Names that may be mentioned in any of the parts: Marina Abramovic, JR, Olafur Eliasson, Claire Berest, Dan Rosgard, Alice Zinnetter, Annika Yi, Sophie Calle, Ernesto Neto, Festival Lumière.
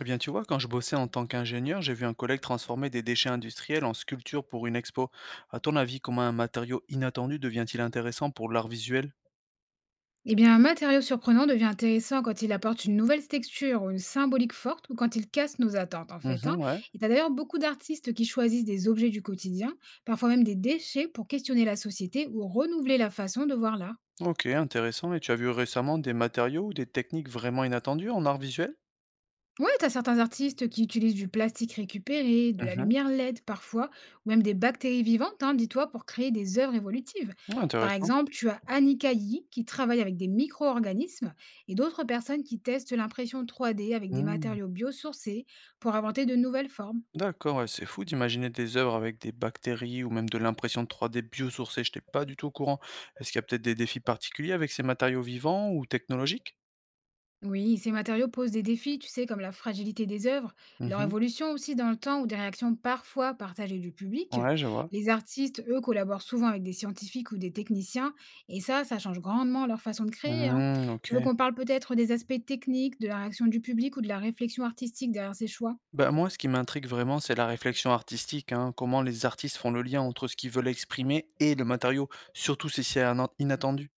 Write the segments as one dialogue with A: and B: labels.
A: Eh bien, tu vois, quand je bossais en tant qu'ingénieur, j'ai vu un collègue transformer des déchets industriels en sculptures pour une expo. À ton avis, comment un matériau inattendu devient-il intéressant pour l'art visuel?
B: Eh bien, un matériau surprenant devient intéressant quand il apporte une nouvelle texture ou une symbolique forte ou quand il casse nos attentes, en fait, hein.
A: Mhm, ouais.
B: Et tu d'ailleurs beaucoup d'artistes qui choisissent des objets du quotidien, parfois même des déchets, pour questionner la société ou renouveler la façon de voir l'art.
A: Ok, intéressant. Et tu as vu récemment des matériaux ou des techniques vraiment inattendues en art visuel?
B: Ouais, t'as certains artistes qui utilisent du plastique récupéré, de la
A: Mhm,
B: lumière LED parfois, ou même des bactéries vivantes, hein, dis-toi, pour créer des œuvres évolutives.
A: ouais,
B: Par
A: intéressant.
B: exemple, tu as Annika Yi qui travaille avec des micro-organismes et d'autres personnes qui testent l'impression 3D avec des
A: Hmm,
B: matériaux biosourcés pour inventer de nouvelles formes.
A: d'accord, ouais, c'est fou d'imaginer des œuvres avec des bactéries ou même de l'impression 3D biosourcée. Je n'étais pas du tout au courant. Est-ce qu'il y a peut-être des défis particuliers avec ces matériaux vivants ou technologiques?
B: Oui, ces matériaux posent des défis, tu sais, comme la fragilité des œuvres, leur
A: Mhm,
B: évolution aussi dans le temps ou des réactions parfois partagées du public.
A: ouais, je vois.
B: Les artistes, eux, collaborent souvent avec des scientifiques ou des techniciens, et ça change grandement leur façon de créer, hein.
A: Hmm, ok.
B: Tu veux qu'on parle peut-être des aspects techniques, de la réaction du public ou de la réflexion artistique derrière ces choix.
A: Bah, moi, ce qui m'intrigue vraiment, c'est la réflexion artistique, hein, comment les artistes font le lien entre ce qu'ils veulent exprimer et le matériau, surtout si c'est inattendu.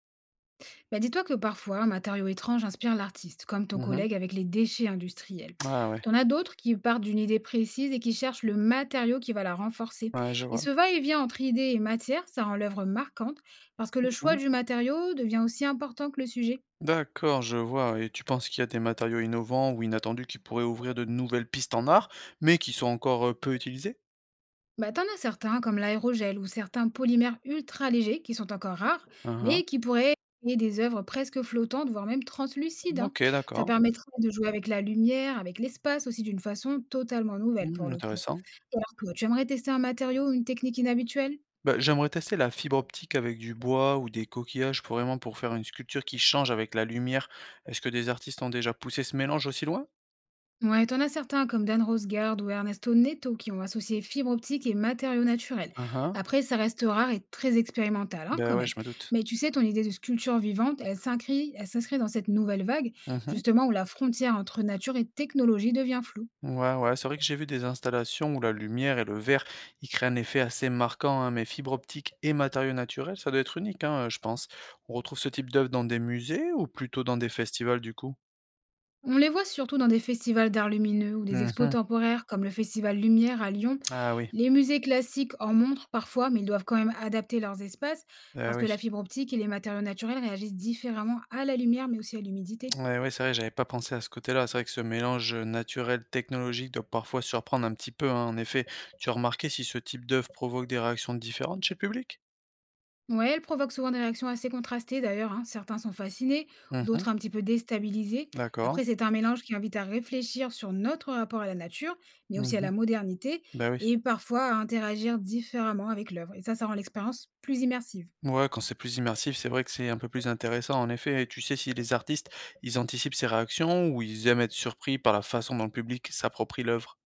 B: Bah, dis-toi que parfois, un matériau étrange inspire l'artiste, comme ton
A: Mhm.
B: collègue avec les déchets industriels.
A: Ah ouais,
B: T'en as d'autres qui partent d'une idée précise et qui cherchent le matériau qui va la renforcer.
A: ouais, je
B: Et
A: vois.
B: ce va-et-vient entre idées et matière, ça rend l'œuvre marquante, parce que le choix
A: Mhm.
B: du matériau devient aussi important que le sujet.
A: D'accord, je vois. Et tu penses qu'il y a des matériaux innovants ou inattendus qui pourraient ouvrir de nouvelles pistes en art, mais qui sont encore peu utilisés?
B: Bah, t'en as certains, comme l'aérogel ou certains polymères ultra légers, qui sont encore rares,
A: Ah ah.
B: mais qui pourraient créer des œuvres presque flottantes, voire même translucides, hein.
A: Ok,
B: Ça
A: d'accord.
B: permettrait de jouer avec la lumière, avec l'espace aussi, d'une façon totalement nouvelle pour
A: Hmm,
B: le coup.
A: intéressant.
B: Et alors, toi, tu aimerais tester un matériau ou une technique inhabituelle.
A: Bah, j'aimerais tester la fibre optique avec du bois ou des coquillages pour vraiment pour faire une sculpture qui change avec la lumière. Est-ce que des artistes ont déjà poussé ce mélange aussi loin?
B: Ouais, t'en as certains comme Dan Rosgard ou Ernesto Neto qui ont associé fibre optique et matériaux naturels.
A: Ah ah.
B: Après, ça reste rare et très expérimental, hein,
A: Ben
B: quand
A: ouais,
B: même.
A: je me doute.
B: Mais tu sais, ton idée de sculpture vivante, elle s'inscrit dans cette nouvelle vague,
A: Mmh.
B: justement où la frontière entre nature et technologie devient floue.
A: Ouais, ouais, c'est vrai que j'ai vu des installations où la lumière et le verre, ils créent un effet assez marquant, hein, mais fibres optiques et matériaux naturels, ça doit être unique, hein, je pense. On retrouve ce type d'œuvre dans des musées ou plutôt dans des festivals, du coup?
B: On les voit surtout dans des festivals d'art lumineux ou des expos
A: Mmh.
B: temporaires comme le Festival Lumière à Lyon.
A: Ah oui,
B: Les musées classiques en montrent parfois, mais ils doivent quand même adapter leurs espaces
A: ah
B: parce que
A: oui.
B: la fibre optique et les matériaux naturels réagissent différemment à la lumière mais aussi à l'humidité.
A: Ouais, ouais, c'est vrai, j'avais pas pensé à ce côté-là. C'est vrai que ce mélange, naturel technologique doit parfois surprendre un petit peu, hein, en effet. Tu as remarqué si ce type d'œuvre provoque des réactions différentes chez le public?
B: Ouais, elle provoque souvent des réactions assez contrastées d'ailleurs, hein. Certains sont fascinés,
A: Mmh.
B: d'autres un petit peu déstabilisés.
A: D'accord.
B: Après, c'est un mélange qui invite à réfléchir sur notre rapport à la nature, mais
A: Mmh
B: aussi à
A: mh.
B: la modernité,
A: Bah, oui.
B: et parfois à interagir différemment avec l'œuvre. Et ça rend l'expérience plus immersive.
A: Ouais, quand c'est plus immersif, c'est vrai que c'est un peu plus intéressant, en effet. Et tu sais si les artistes, ils anticipent ces réactions ou ils aiment être surpris par la façon dont le public s'approprie l'œuvre?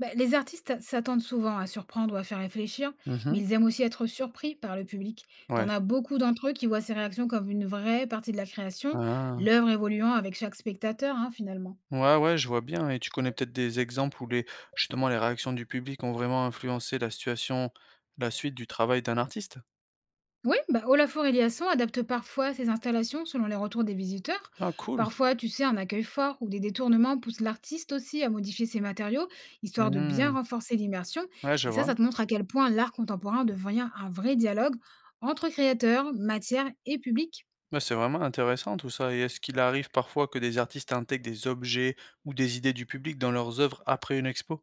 B: Bah, les artistes s'attendent souvent à surprendre ou à faire réfléchir, mais
A: Mhm.
B: ils aiment aussi être surpris par le public.
A: Ouais.
B: T'en as beaucoup d'entre eux qui voient ces réactions comme une vraie partie de la création,
A: Ah.
B: l'œuvre évoluant avec chaque spectateur, hein, finalement.
A: Ouais, ouais, je vois bien. Et tu connais peut-être des exemples où les, justement, les réactions du public ont vraiment influencé la situation, la suite du travail d'un artiste?
B: Oui, bah, Olafur Eliasson adapte parfois ses installations selon les retours des visiteurs.
A: Ah, cool.
B: Parfois, tu sais, un accueil fort ou des détournements poussent l'artiste aussi à modifier ses matériaux, histoire de bien
A: Mhm.
B: renforcer l'immersion.
A: Ouais, je
B: Et ça,
A: vois.
B: ça te montre à quel point l'art contemporain devient un vrai dialogue entre créateurs, matière et public.
A: Bah, c'est vraiment intéressant tout ça. Et est-ce qu'il arrive parfois que des artistes intègrent des objets ou des idées du public dans leurs œuvres après une expo?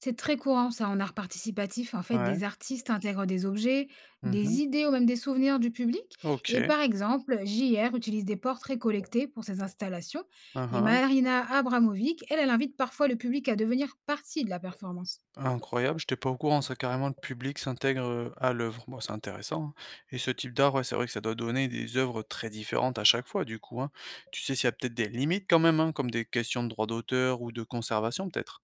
B: C'est très courant ça en art participatif. En fait,
A: Ouais.
B: des artistes intègrent des objets,
A: Mhm.
B: des idées ou même des souvenirs du public. Et
A: Ok.
B: par exemple, JR utilise des portraits collectés pour ses installations.
A: Hein,
B: Et
A: hein.
B: Marina Abramovic, elle, elle invite parfois le public à devenir partie de la performance.
A: Incroyable, j'étais pas au courant, ça carrément le public s'intègre, à l'œuvre. Bon, c'est intéressant, hein, et ce type d'art, ouais, c'est vrai que ça doit donner des œuvres très différentes à chaque fois du coup, hein. Tu sais s'il y a peut-être des limites quand même, hein, comme des questions de droit d'auteur ou de conservation peut-être?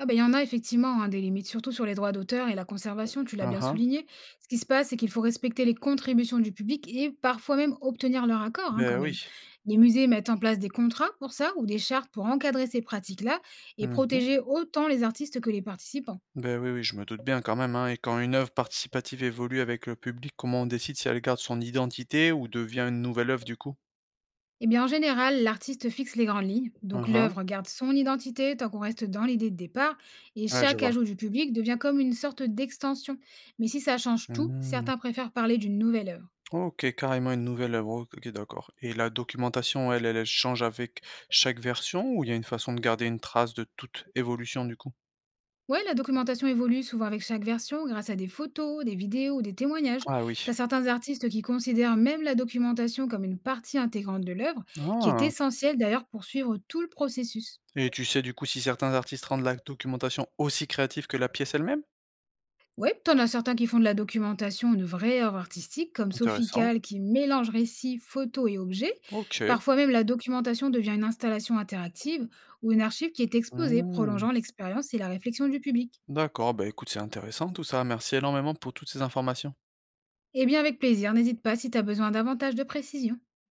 B: Ah ben il y en a effectivement, hein, des limites, surtout sur les droits d'auteur et la conservation, tu l'as
A: Ah
B: bien
A: hein.
B: souligné. Ce qui se passe, c'est qu'il faut respecter les contributions du public et parfois même obtenir leur accord, hein,
A: Ben
B: quand
A: oui.
B: même. Les musées mettent en place des contrats pour ça ou des chartes pour encadrer ces pratiques-là et
A: Mmh mh.
B: protéger autant les artistes que les participants.
A: Oui, oui, je me doute bien quand même, hein, et quand une œuvre participative évolue avec le public, comment on décide si elle garde son identité ou devient une nouvelle œuvre du coup?
B: Eh bien, en général, l'artiste fixe les grandes lignes,
A: Ah
B: donc
A: hein.
B: l'œuvre garde son identité tant qu'on reste dans l'idée de départ, et
A: Ouais, je
B: chaque
A: vois.
B: ajout du public devient comme une sorte d'extension. Mais si ça change tout,
A: Mmh.
B: certains préfèrent parler d'une nouvelle œuvre.
A: OK, carrément une nouvelle œuvre. OK, ok, d'accord, et la documentation, elle change avec chaque version ou il y a une façon de garder une trace de toute évolution, du coup?
B: Ouais, la documentation évolue souvent avec chaque version grâce à des photos, des vidéos ou des témoignages.
A: Ah oui.
B: T'as certains artistes qui considèrent même la documentation comme une partie intégrante de l'œuvre, qui est
A: Ah!
B: essentielle d'ailleurs pour suivre tout le processus.
A: Et tu sais, du coup, si certains artistes rendent la documentation aussi créative que la pièce elle-même?
B: Ouais, t'en as certains qui font de la documentation une vraie œuvre artistique, comme Sophie
A: Intéressant.
B: Calle qui mélange récits, photos et objets.
A: OK.
B: Parfois même, la documentation devient une installation interactive ou une archive qui est exposée,
A: Mmh.
B: prolongeant l'expérience et la réflexion du public.
A: D'accord, bah, écoute, c'est intéressant tout ça. Merci énormément pour toutes ces informations.
B: Eh bien, avec plaisir, n'hésite pas si t'as besoin davantage de précision.